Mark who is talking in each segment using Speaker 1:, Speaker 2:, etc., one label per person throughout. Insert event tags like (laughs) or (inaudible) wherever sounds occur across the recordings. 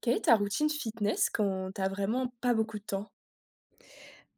Speaker 1: Quelle est ta routine fitness quand t'as vraiment pas beaucoup de temps?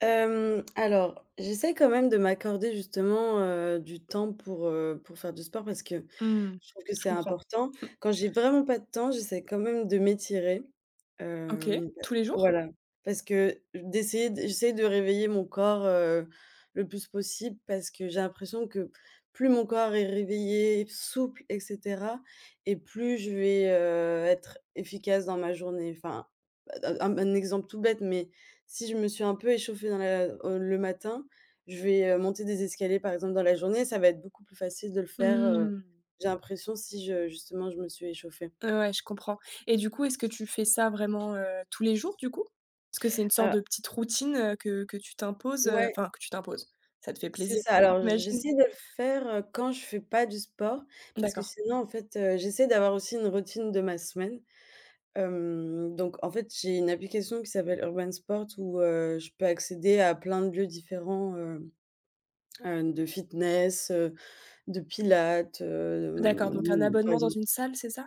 Speaker 2: Alors, j'essaie quand même de m'accorder justement, du temps pour, pour faire du sport parce que
Speaker 1: Mmh,
Speaker 2: je trouve que
Speaker 1: je
Speaker 2: c'est
Speaker 1: comprends.
Speaker 2: important.
Speaker 1: Hmm,
Speaker 2: Quand j'ai vraiment pas de temps, j'essaie quand même de m'étirer,
Speaker 1: OK,
Speaker 2: hem,
Speaker 1: tous les jours?
Speaker 2: voilà, parce que d'essayer d j'essaie de réveiller mon corps, le plus possible parce que j'ai l'impression que plus mon corps est réveillé, souple et cetera et plus je vais, être efficace dans ma journée. Enfin, un exemple tout bête, mais si je me suis un peu échauffée dans la le matin, je vais, monter des escaliers, par exemple, dans la journée, ça va être beaucoup plus facile de le faire,
Speaker 1: Mmh.
Speaker 2: j'ai l'impression si je justement je me suis échauffée.
Speaker 1: Ouais, ouais, je comprends et du coup, est-ce que tu fais ça vraiment, tous les jours, du coup? Est-ce que c'est une sorte
Speaker 2: Alors,
Speaker 1: de petite routine, que tu t'imposes,
Speaker 2: ouais,
Speaker 1: enfin que tu t'imposes? Ça te fait
Speaker 2: c'est
Speaker 1: plaisir,
Speaker 2: ça. Alors
Speaker 1: j'imagine?
Speaker 2: j'essaie de le faire, quand je fais pas du sport parce que
Speaker 1: D'accord,
Speaker 2: sinon, en fait, j'essaie d'avoir aussi une routine de ma semaine. Donc en fait, j'ai une application qui s'appelle Urban Sport où, je peux accéder à plein de lieux différents, de fitness, de pilates,
Speaker 1: d'accord, donc un
Speaker 2: par
Speaker 1: abonnement dans
Speaker 2: exemple.
Speaker 1: une salle, c'est ça?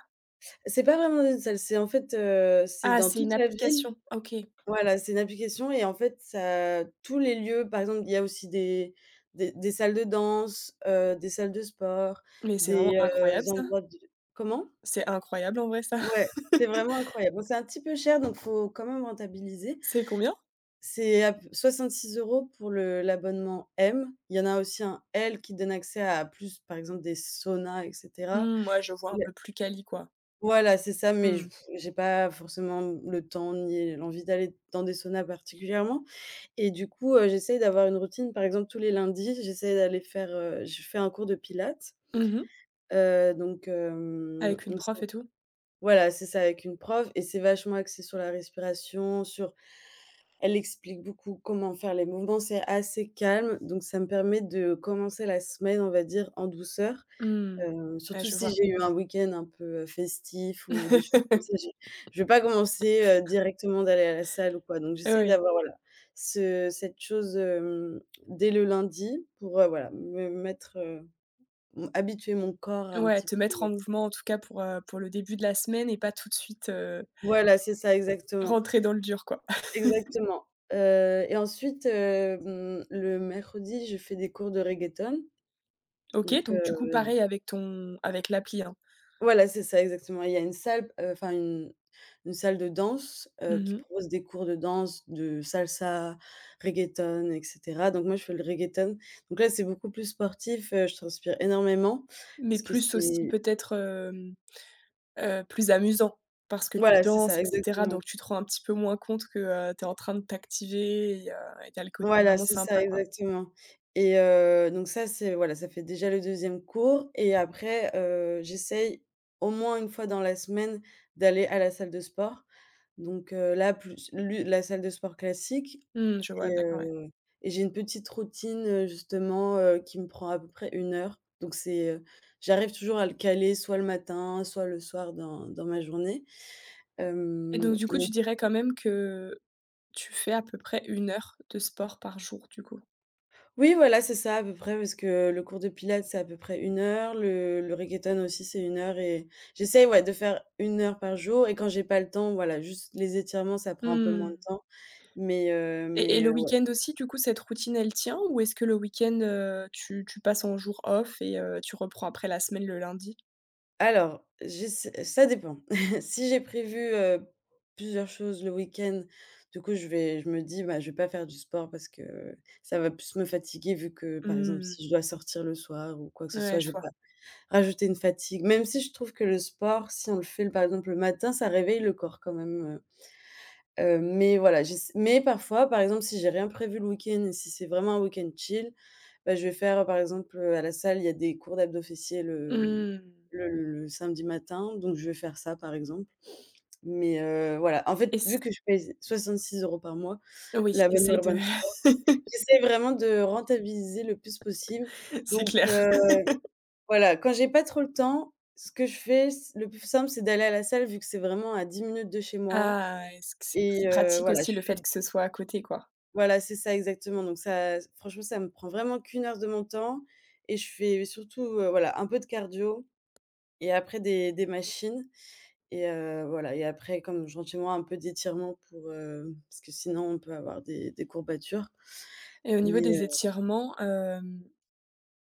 Speaker 2: C'est pas vraiment une salle, c'est en fait, c'est
Speaker 1: Ah,
Speaker 2: dans
Speaker 1: c'est une
Speaker 2: toute la ville.
Speaker 1: application, OK,
Speaker 2: Voilà, c'est une application et en fait, ça tous les lieux, par exemple, il y a aussi des salles de danse, des salles de sport,
Speaker 1: mais c'est
Speaker 2: des,
Speaker 1: vraiment incroyable ça.
Speaker 2: endroits de comment?
Speaker 1: C'est incroyable en vrai ça.
Speaker 2: Ouais,
Speaker 1: (laughs)
Speaker 2: c'est vraiment incroyable. Bon, c'est un petit peu cher, donc faut quand même rentabiliser.
Speaker 1: C'est combien?
Speaker 2: C'est à p 6 € pour le l'abonnement M. Il y en a aussi un L qui donne accès à plus, par exemple, des saunas et cetera.
Speaker 1: Mmh, ouais, je vois un peu plus quali, quoi.
Speaker 2: Voilà, c'est ça, mais je
Speaker 1: Mmh.
Speaker 2: j'ai pas forcément le temps ni l'envie d'aller dans des saunas particulièrement et du coup, j'essaye d'avoir une routine. Par exemple, tous les lundis, j'essaye je fais un cours de pilates,
Speaker 1: Mmh.
Speaker 2: donc
Speaker 1: Avec une
Speaker 2: on se
Speaker 1: prof et tout?
Speaker 2: voilà, c'est ça, avec une prof et c'est vachement axé sur la respiration, sur elle explique beaucoup comment faire les mouvements, c'est assez calme, donc ça me permet de commencer la semaine, on va dire, en douceur.
Speaker 1: Mmh. Ouais,
Speaker 2: Surtout
Speaker 1: je
Speaker 2: si
Speaker 1: vois.
Speaker 2: j'ai eu un week-end un peu, festif ou des choses
Speaker 1: (laughs)
Speaker 2: comme ça, j'ai je vais pas commencer, directement d'aller à la salle ou quoi. Donc
Speaker 1: Oui,
Speaker 2: j'essaie
Speaker 1: oui.
Speaker 2: d'avoir, voilà, ce cette chose, dès le lundi pour, voilà, me mettre, m habituer mon corps un
Speaker 1: Ouais,
Speaker 2: petit
Speaker 1: te
Speaker 2: p
Speaker 1: mettre en mouvement en tout cas pour le début de la semaine et pas tout de suite,
Speaker 2: voilà, c'est ça, exactement,
Speaker 1: rentrer dans le dur, quoi. (laughs)
Speaker 2: exactement. Et ensuite, le mercredi, je fais des cours de reggaeton.
Speaker 1: OK,
Speaker 2: Donc
Speaker 1: donc du coup
Speaker 2: heu
Speaker 1: pareil avec ton avec l'appli, hein?
Speaker 2: Voilà, c'est ça exactement. Il y a une salle, enfin une salle de danse, qui
Speaker 1: Mmh.
Speaker 2: propose des cours de danse, de salsa, reggaeton et cetera. Donc moi, je fais le reggaeton. Donc là, c'est beaucoup plus sportif, je transpire énormément
Speaker 1: Mais
Speaker 2: parce que
Speaker 1: plus aussi
Speaker 2: c'est
Speaker 1: peut-être, plus amusant parce que tu
Speaker 2: voilà, c'est
Speaker 1: danses
Speaker 2: ça
Speaker 1: et cetera,
Speaker 2: exactement.
Speaker 1: donc tu te rends un petit peu moins compte que, tu es en train de t'activer et tu le côté
Speaker 2: Voilà,
Speaker 1: vraiment
Speaker 2: c'est ça
Speaker 1: sympa, quoi.
Speaker 2: exactement et donc ça, c'est voilà, ça fait déjà le deuxième cours et après, j'essaye au moins une fois dans la semaine d'aller à la salle de sport. Donc là, plus lu la salle de sport classique.
Speaker 1: Mmh, je vois,
Speaker 2: Et
Speaker 1: d'accord, ouais.
Speaker 2: heu et j'ai une petite routine, justement, qui me prend à peu près 1 heure. Donc c'est, j'arrive toujours à le caler soit le matin, soit le soir dans ma journée.
Speaker 1: Et donc du coup, tu
Speaker 2: Donc
Speaker 1: dirais quand même que tu fais à peu près 1 heure de sport par jour, du coup?
Speaker 2: oui, voilà, c'est ça à peu près parce que le cours de pilates, c'est à peu près 1 heure, le reggaeton aussi, c'est 1 heure et j'essaye ouais, de faire 1 heure par jour et quand j'ai pas le temps, voilà, juste les étirements, ça prend un peu moins
Speaker 1: Mmh,
Speaker 2: de temps mais
Speaker 1: et le week-end aussi, du coup, cette routine, elle tient ou est-ce que le week-end, tu passes en jour off et tu reprends après la semaine le lundi?
Speaker 2: Alors, j'essa ça dépend. (laughs) Si j'ai prévu, plusieurs choses le week-end, du coup, je me dis: «Bah, je vais pas faire du sport parce que ça va plus me fatiguer» vu que, par exemple,
Speaker 1: Mmh.
Speaker 2: si je dois sortir le soir ou quoi que ce
Speaker 1: Ouais,
Speaker 2: soit,
Speaker 1: je
Speaker 2: je vais
Speaker 1: vois.
Speaker 2: pas rajouter une fatigue. Même si je trouve que le sport, si on le fait, par exemple, le matin, ça réveille le corps quand même, mais voilà, j'ess mais parfois, par exemple, si j'ai rien prévu le week-end et si c'est vraiment un week-end chill, bah, je vais faire, par exemple, à la salle, il y a des cours d'abdos fessiers
Speaker 1: Mmh,
Speaker 2: le le samedi matin, donc je vais faire ça, par exemple. Mais voilà, en fait,
Speaker 1: et c
Speaker 2: vu que je paye 66 € par mois,
Speaker 1: oui,
Speaker 2: l'abonnement
Speaker 1: essaye de.
Speaker 2: Urban Sport, j'essaie vraiment de rentabiliser le plus possible.
Speaker 1: (laughs) C'est
Speaker 2: Donc
Speaker 1: clair.
Speaker 2: voilà, quand j'ai pas trop le temps, ce que je fais, c le plus simple, c'est d'aller à la salle vu que c'est vraiment à 10 minutes de chez moi
Speaker 1: Ah, est-ce que c'est
Speaker 2: et
Speaker 1: c'est pratique
Speaker 2: voilà,
Speaker 1: aussi
Speaker 2: je
Speaker 1: le
Speaker 2: fais
Speaker 1: fait que ce soit à côté, quoi.
Speaker 2: voilà, c'est ça exactement. Donc ça franchement, ça me prend vraiment qu'une heure de mon temps et je fais surtout, voilà, un peu de cardio et après des machines et voilà et après comme gentiment, un peu d'étirement pour, parce que sinon on peut avoir des courbatures
Speaker 1: Et au niveau
Speaker 2: mais
Speaker 1: des étirements,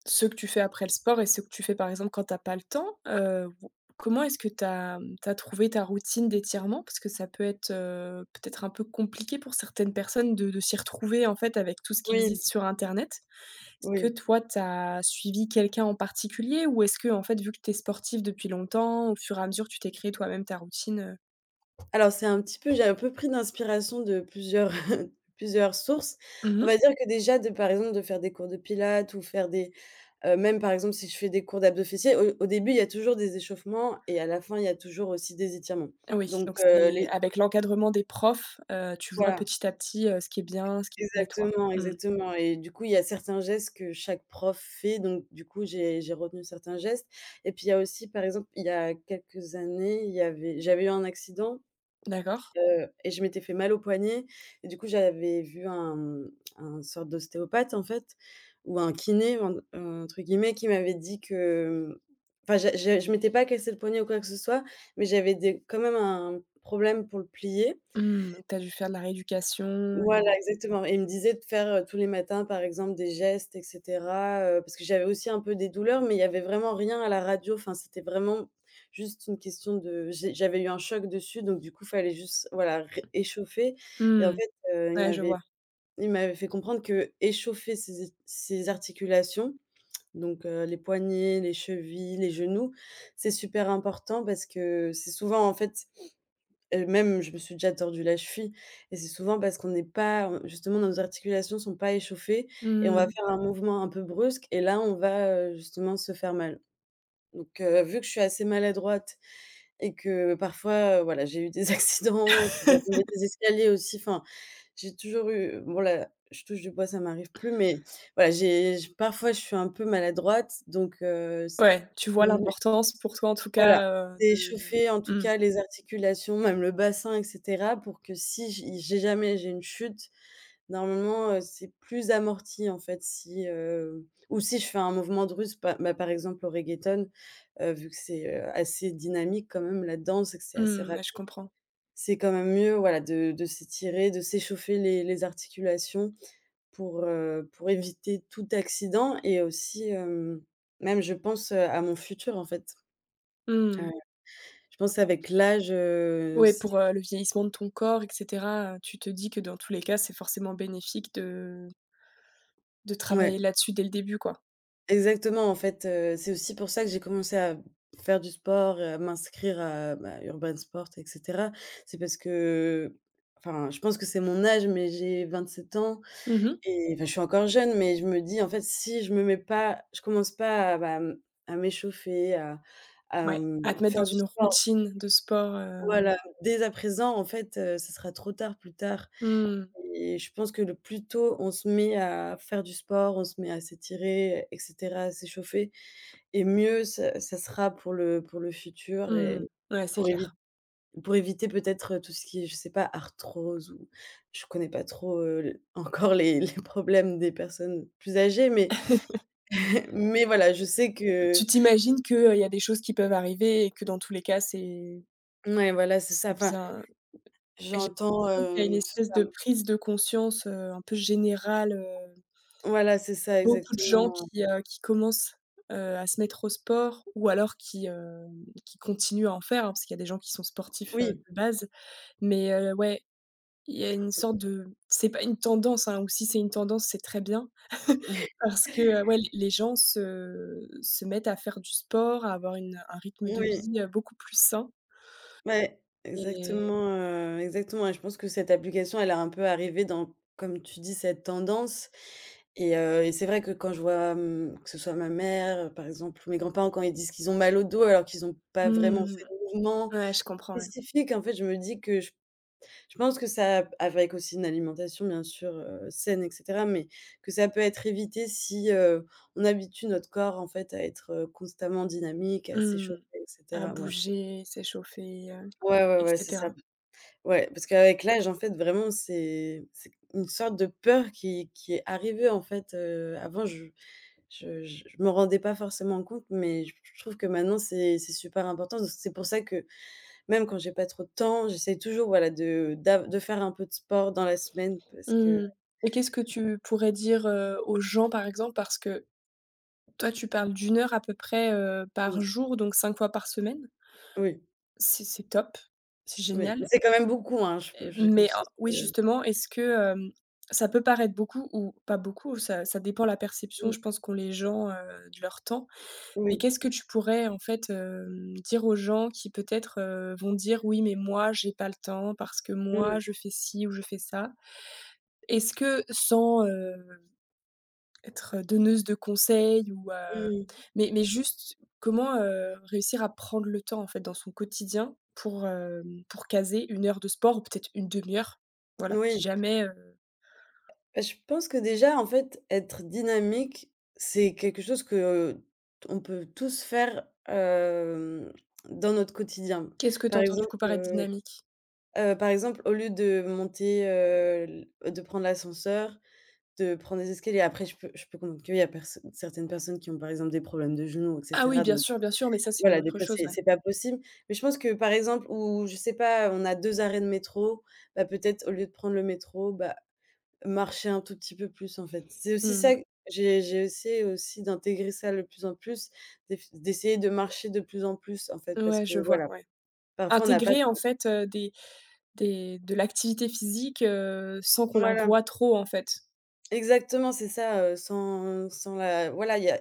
Speaker 1: ce que tu fais après le sport et ce que tu fais, par exemple, quand tu as pas le temps, ou comment est-ce que tu as trouvé ta routine d'étirement? Parce que ça peut être, peut-être un peu compliqué pour certaines personnes de s'y retrouver, en fait, avec tout ce qui
Speaker 2: oui,
Speaker 1: existe sur internet. Est-ce que
Speaker 2: oui.
Speaker 1: toi, tu as suivi quelqu'un en particulier ou est-ce que, en fait, vu que tu es sportif depuis longtemps, au fur et à mesure, tu t'es créé toi-même ta routine?
Speaker 2: Alors c'est un petit peu j'ai un peu pris d'inspiration de plusieurs (laughs) plusieurs sources. On
Speaker 1: Mmh.
Speaker 2: va dire que déjà de par exemple de faire des cours de pilates ou faire des, même par exemple si je fais des cours d'abdos fessiers, au début il y a toujours des échauffements et à la fin il y a toujours aussi des étirements.
Speaker 1: Oui,
Speaker 2: Donc
Speaker 1: donc c'est
Speaker 2: les
Speaker 1: avec l'encadrement des profs, tu vois
Speaker 2: voilà,
Speaker 1: petit à petit, ce qui est bien, ce qui te plaît, toi?
Speaker 2: exactement,
Speaker 1: Mmh.
Speaker 2: exactement et du coup il y a certains gestes que chaque prof fait donc du coup j'ai retenu certains gestes et puis il y a aussi par exemple il y a quelques années, il y avait j'avais eu un accident
Speaker 1: D'accord.
Speaker 2: et je m'étais fait mal au poignet et du coup, j'avais vu un, un sorte d'ostéopathe, en fait, ou un kiné, en entre guillemets, qui m'avait dit que, enfin, je m'étais pas cassé le poignet ou quoi que ce soit, mais j'avais des quand même un problème pour le plier.
Speaker 1: Mmh, tu as dû faire de la rééducation et
Speaker 2: Voilà, exactement et il me disait de faire, tous les matins, par exemple, des gestes et cetera, parce que j'avais aussi un peu des douleurs, mais il y avait vraiment rien à la radio. Enfin, c'était vraiment juste une question de j'avais eu un choc dessus, donc du coup, fallait juste, voilà, ré échauffer et en
Speaker 1: mmh,
Speaker 2: fait,
Speaker 1: ouais, je vois.
Speaker 2: il m'avait fait comprendre qu'échauffer ses articulations, donc les poignets, les chevilles, les genoux, c'est super important parce que c'est souvent, en fait. Même je me suis déjà tordu la cheville et c'est souvent parce qu'on n'est pas, justement nos articulations sont pas échauffées et on va Mmh.
Speaker 1: Mmh.
Speaker 2: faire un mouvement un peu brusque et là on va, justement se faire mal. Donc vu que je suis assez maladroite et que parfois, voilà, j'ai eu des (laughs) accidents, je dois tomber des escaliers aussi, enfin, j'ai toujours eu bon là, je touche du bois, ça m'arrive plus, mais voilà, j'ai j parfois je suis un peu maladroite donc
Speaker 1: Ouais, tu vois l'importance pour toi, en tout
Speaker 2: voilà,
Speaker 1: cas, de.
Speaker 2: d'échauffer en tout
Speaker 1: Mmh,
Speaker 2: cas les articulations, même le bassin et cetera pour que si j'ai jamais j'ai une chute, normalement, c'est plus amorti en fait si, ou si je fais un mouvement de russe, pa bah, par exemple au reggaeton, vu que c'est, assez dynamique quand même la danse et que c'est assez
Speaker 1: mmh,
Speaker 2: rapide,
Speaker 1: ouais, je comprends.
Speaker 2: c'est quand même mieux voilà de s'étirer, de s'échauffer les articulations pour éviter tout accident et aussi, même je pense, à mon futur en fait.
Speaker 1: Mmh.
Speaker 2: Je pense avec l'âge,
Speaker 1: Ouais,
Speaker 2: c'est
Speaker 1: pour, le vieillissement de ton corps et cetera, tu te dis que dans tous les cas, c'est forcément bénéfique de
Speaker 2: ouais,
Speaker 1: travailler là-dessus dès le début, quoi.
Speaker 2: exactement, en fait, c'est aussi pour ça que j'ai commencé à faire du sport et à m'inscrire à, bah, Urban Sport et cetera. C'est parce que enfin, je pense que c'est mon âge, mais j'ai 27 ans
Speaker 1: Mmh mh.
Speaker 2: et enfin, je suis encore jeune, mais je me dis: «En fait, si je commence pas à, bah, à m'échauffer, à à,
Speaker 1: Ouais,
Speaker 2: mmh,
Speaker 1: à te mettre dans
Speaker 2: faire du
Speaker 1: une
Speaker 2: sport»
Speaker 1: routine de sport,
Speaker 2: voilà, dès à présent, en fait, ce sera trop tard plus tard.
Speaker 1: mmh,
Speaker 2: Et je pense que le plus tôt on se met à faire du sport, on se met à s'étirer et cetera, à s'échauffer et mieux ça sera pour le futur et
Speaker 1: mmh, ouais, c'est
Speaker 2: pour évi
Speaker 1: clair.
Speaker 2: pour éviter peut-être tout ce qui est, je sais pas, arthrose ou je connais pas trop, (laughs) l encore les problèmes des personnes plus âgées, mais (laughs) mais voilà, je sais
Speaker 1: Tu
Speaker 2: que
Speaker 1: t'imagines que, il y a des choses qui peuvent arriver et que dans tous les cas, c'est
Speaker 2: ouais, voilà, c'est ça.
Speaker 1: c'est
Speaker 2: Enfin,
Speaker 1: bien. Mais j'ai
Speaker 2: j'entends,
Speaker 1: l'impression qu'il y a une
Speaker 2: que ce
Speaker 1: espèce de
Speaker 2: soit
Speaker 1: prise de conscience, un peu générale.
Speaker 2: voilà, c'est
Speaker 1: Il y
Speaker 2: ça
Speaker 1: a beaucoup de gens
Speaker 2: exactement.
Speaker 1: qui commencent, à se mettre au sport ou alors qui continuent à en faire, hein, parce qu'il y a des gens qui sont sportifs,
Speaker 2: Oui,
Speaker 1: de base. Mais, ouais, il y a une sorte de, c'est pas une tendance, hein, ou si c'est une tendance, c'est très bien (laughs) parce que, ouais, les gens se mettent à faire du sport, à avoir une un rythme de
Speaker 2: oui.
Speaker 1: vie, beaucoup plus sain
Speaker 2: Ouais,
Speaker 1: et
Speaker 2: exactement, exactement et je pense que cette application, elle a un peu arrivé dans, comme tu dis, cette tendance et c'est vrai que quand je vois, mmh, que ce soit ma mère, par exemple, ou mes grands-parents quand ils disent qu'ils ont mal au dos alors qu'ils n'ont pas vraiment
Speaker 1: mmh,
Speaker 2: fait de mouvement
Speaker 1: ouais, je comprends, ouais.
Speaker 2: spécifique, en fait, je me dis que je pense que ça avec aussi une alimentation bien sûr, saine et cetera, mais que ça peut être évité si, on habitue notre corps, en fait, à être, constamment dynamique, à s'échauffer
Speaker 1: Mmh.
Speaker 2: et
Speaker 1: À
Speaker 2: cetera, ouais.
Speaker 1: bouger, s'échauffer,
Speaker 2: Ouais, ouais,
Speaker 1: et
Speaker 2: ouais, c'est
Speaker 1: cetera.
Speaker 2: ça. Ouais, parce qu'avec l'âge, en fait, vraiment, c'est une sorte de peur qui est arrivée, en fait, avant, je m'en rendais pas forcément compte, mais je trouve que maintenant, c'est super important. Donc c'est pour ça que, même quand j'ai pas trop de temps, j'essaie toujours, voilà, de faire un peu de sport dans la semaine parce que
Speaker 1: Mmh, et qu'est-ce que tu pourrais dire, aux gens, par exemple? Parce que toi, tu parles d'une heure à peu près, par
Speaker 2: mmh,
Speaker 1: jour, donc 5 fois par semaine.
Speaker 2: oui,
Speaker 1: C'est top, c'est
Speaker 2: oui, mais
Speaker 1: génial.
Speaker 2: c'est quand même beaucoup, hein, je peux j'ai
Speaker 1: Mais
Speaker 2: conscience
Speaker 1: oui,
Speaker 2: que
Speaker 1: justement, est-ce que, hem, ça peut paraître beaucoup ou pas beaucoup, ça dépend la perception
Speaker 2: mmh,
Speaker 1: je pense qu'ont les gens, de leur temps. Mais
Speaker 2: oui,
Speaker 1: qu'est-ce que tu pourrais, en fait, dire aux gens qui peut-être, vont dire: «Oui mais moi j'ai pas le temps parce que
Speaker 2: mmh,
Speaker 1: moi je fais ci ou je fais ça». Est-ce que, sans, être, donneuse de conseils ou
Speaker 2: mmh,
Speaker 1: mais juste comment, réussir à prendre le temps, en fait, dans son quotidien pour, pour caser 1 heure de sport ou peut-être une demi heure? Voilà, si
Speaker 2: oui.
Speaker 1: jamais.
Speaker 2: Bah, je pense que déjà, en fait, être dynamique, c'est quelque chose que, on peut tous faire, hem, dans notre quotidien.
Speaker 1: Qu'est-ce que tu
Speaker 2: Par
Speaker 1: entends, du
Speaker 2: exemple,
Speaker 1: coup, par être
Speaker 2: heu
Speaker 1: dynamique?
Speaker 2: par exemple, au lieu de monter, l de prendre l'ascenseur, de prendre des escaliers, après je peux comprendre qu'il y a perso certaines personnes qui ont, par exemple, des problèmes de genoux et
Speaker 1: Ah oui,
Speaker 2: cetera, donc
Speaker 1: bien sûr, mais ça, c'est
Speaker 2: voilà, des
Speaker 1: autre
Speaker 2: fois,
Speaker 1: chose,
Speaker 2: c'est
Speaker 1: ouais.
Speaker 2: c'est pas possible. Mais je pense que, par exemple, où je sais pas, on a 2 arrêts de métro, bah, peut-être au lieu de prendre le métro, bah marcher un tout petit peu plus, en fait. C'est aussi
Speaker 1: Mmh.
Speaker 2: ça que j'ai essayé aussi d'intégrer ça le plus en plus, d'essayer de marcher de plus en plus, en fait, parce
Speaker 1: Ouais, je
Speaker 2: que
Speaker 1: vois,
Speaker 2: voilà,
Speaker 1: ouais.
Speaker 2: parfois on n'a pas
Speaker 1: Intégrer, en fait, des de l'activité physique, sans qu'on la
Speaker 2: voilà.
Speaker 1: voie trop, en fait.
Speaker 2: Exactement, c'est ça, sans la voilà, il y a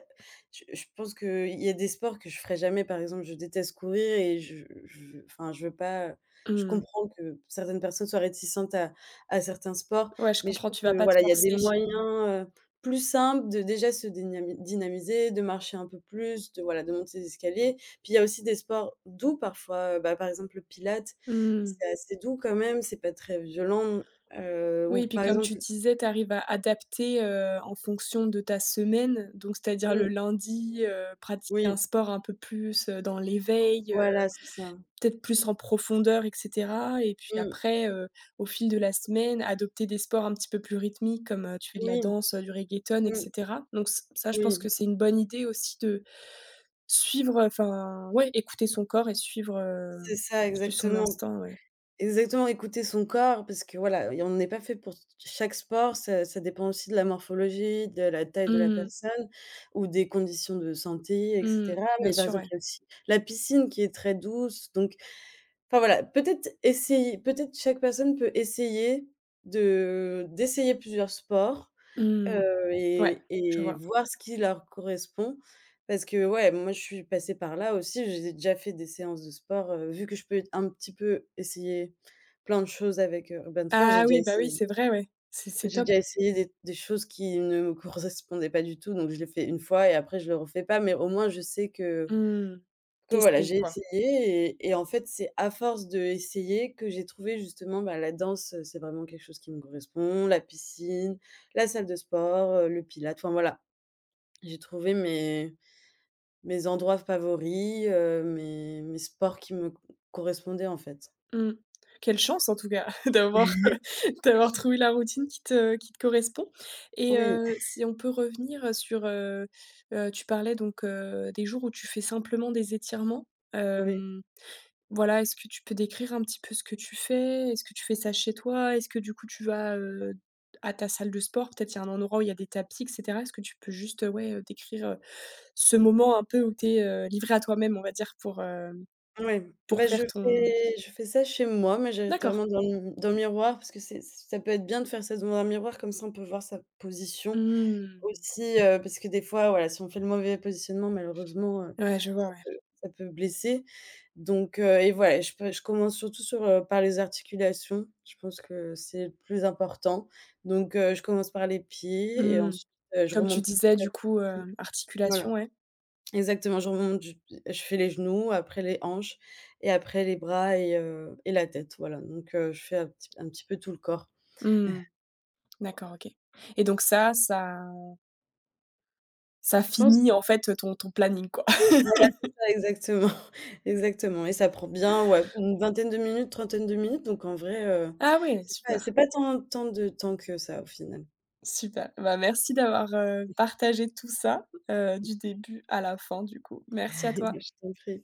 Speaker 2: je pense qu'il y a des sports que je ferai jamais. Par exemple, je déteste courir et je veux pas, je
Speaker 1: Mmh.
Speaker 2: comprends que certaines personnes soient réticentes à certains sports,
Speaker 1: Ouais, je
Speaker 2: mais je
Speaker 1: comprends,
Speaker 2: trouve
Speaker 1: tu vas
Speaker 2: que
Speaker 1: pas te
Speaker 2: voilà, il y a des
Speaker 1: forcer.
Speaker 2: moyens, heu, plus simples de déjà se dénami dynamiser, de marcher un peu plus, de voilà, de monter les escaliers. Puis il y a aussi des sports doux parfois, bah, par exemple, le pilates,
Speaker 1: Mmh.
Speaker 2: c'est assez doux quand même, c'est pas très violent,
Speaker 1: Oui,
Speaker 2: ou
Speaker 1: et puis
Speaker 2: par
Speaker 1: comme tu
Speaker 2: exemple
Speaker 1: disais, tu arrives à adapter, en fonction de ta semaine, donc c'est-à-dire le
Speaker 2: mmh,
Speaker 1: lundi, pratiquer un
Speaker 2: oui.
Speaker 1: sport un peu plus, dans l'éveil,
Speaker 2: Voilà, c'est ça.
Speaker 1: peut-être plus en profondeur et cetera, et puis
Speaker 2: Mmh.
Speaker 1: après, au fil de la semaine, adopter des sports un petit peu plus rythmiques comme, tu fais de la
Speaker 2: Oui,
Speaker 1: danse, du reggaeton et
Speaker 2: mmh,
Speaker 1: cetera, donc ç ça je pense
Speaker 2: oui,
Speaker 1: que c'est une bonne idée aussi de suivre, enfin ouais, écouter son corps et suivre, heu,
Speaker 2: c'est ça,
Speaker 1: suivre son
Speaker 2: exactement.
Speaker 1: instinct, ouais.
Speaker 2: Exactement, écouter son corps parce que voilà, et on n'est pas fait pour chaque sport, ça ça dépend aussi de la morphologie, de la taille de la
Speaker 1: Mmh mh.
Speaker 2: personne ou des conditions de santé et
Speaker 1: Mmh.
Speaker 2: cetera.
Speaker 1: Bien
Speaker 2: Mais par
Speaker 1: sûr,
Speaker 2: exemple,
Speaker 1: ouais.
Speaker 2: il y a aussi la piscine qui est très douce, donc enfin voilà, peut-être essayer peut-être chaque personne peut essayer de d'essayer plusieurs sports.
Speaker 1: Mmh. Ouais,
Speaker 2: Et
Speaker 1: je
Speaker 2: et
Speaker 1: vois.
Speaker 2: voir ce qui leur correspond parce que, ouais, moi, je suis passée par là aussi. J'ai déjà fait des séances de sport, vu que je peux un petit peu essayer plein de choses avec, Urban Sport,
Speaker 1: Ah oui, bah oui, c'est vrai, ouais. C'est
Speaker 2: j'ai
Speaker 1: top.
Speaker 2: déjà essayé des choses qui ne me (laughs) correspondaient pas du tout, donc je l'ai fait une fois et après je le refais pas, mais au moins je sais
Speaker 1: Mmh.
Speaker 2: que
Speaker 1: Tu
Speaker 2: voilà, j'ai
Speaker 1: quoi.
Speaker 2: essayé et en fait, c'est à force d'essayer que j'ai trouvé justement, bah, la danse, c'est vraiment quelque chose qui me correspond, la piscine, la salle de sport, le pilates, enfin voilà. J'ai trouvé mes endroits favoris, mes sports qui me co correspondaient, en fait.
Speaker 1: Mmh. Quelle chance en tout cas (laughs) d'avoir (laughs) d'avoir trouvé la routine qui te correspond, et
Speaker 2: Oui,
Speaker 1: si on peut revenir sur, tu parlais donc, des jours où tu fais simplement des étirements.
Speaker 2: oui,
Speaker 1: Hem, voilà, est-ce que tu peux décrire un petit peu ce que tu fais? Est-ce que tu fais ça chez toi? Est-ce que, du coup, tu vas, à ta salle de sport? Peut-être il y a un endroit où il y a des tapis et cetera? Est-ce que tu peux juste, ouais, décrire, ce moment un peu où tu es, livré à toi-même, on va dire, pour, hem,
Speaker 2: oui. Bah,
Speaker 1: pour
Speaker 2: je
Speaker 1: faire ton.
Speaker 2: fais je fais ça chez moi,
Speaker 1: D'accord.
Speaker 2: majoritairement dans le miroir parce que c'est ça peut être bien de faire ça devant un miroir, comme ça on peut voir sa position
Speaker 1: Mmh.
Speaker 2: aussi, parce que des fois, voilà, si on fait le mauvais positionnement malheureusement,
Speaker 1: Ouais, je vois, ouais.
Speaker 2: ça peut blesser donc et voilà, je commence surtout sur, par les articulations. Je pense que c'est le plus important donc je commence par les pieds et
Speaker 1: Mmh.
Speaker 2: ensuite, je
Speaker 1: Comme tu
Speaker 2: remonte petit
Speaker 1: disais,
Speaker 2: à
Speaker 1: du coup,
Speaker 2: petit. Voilà,
Speaker 1: articulation, ouais.
Speaker 2: exactement, je remonte, je fais les genoux, après les hanches et après les bras et la tête, voilà donc je fais un petit peu tout le corps.
Speaker 1: Mmh. D'accord, OK, et donc ça, ça
Speaker 2: Je pense
Speaker 1: finit, en fait, ton planning, quoi? (laughs)
Speaker 2: voilà, c'est ça, exactement, (laughs) exactement et ça prend bien, ouais, une vingtaine de minutes, trentaine de minutes donc en vrai,
Speaker 1: Ah ouais,
Speaker 2: c'est pas
Speaker 1: super,
Speaker 2: tant de temps que ça, au final.
Speaker 1: super. Bah, merci d'avoir, partagé tout ça, du début à la fin, du coup. Merci à
Speaker 2: (laughs)
Speaker 1: toi.
Speaker 2: Je t'en prie.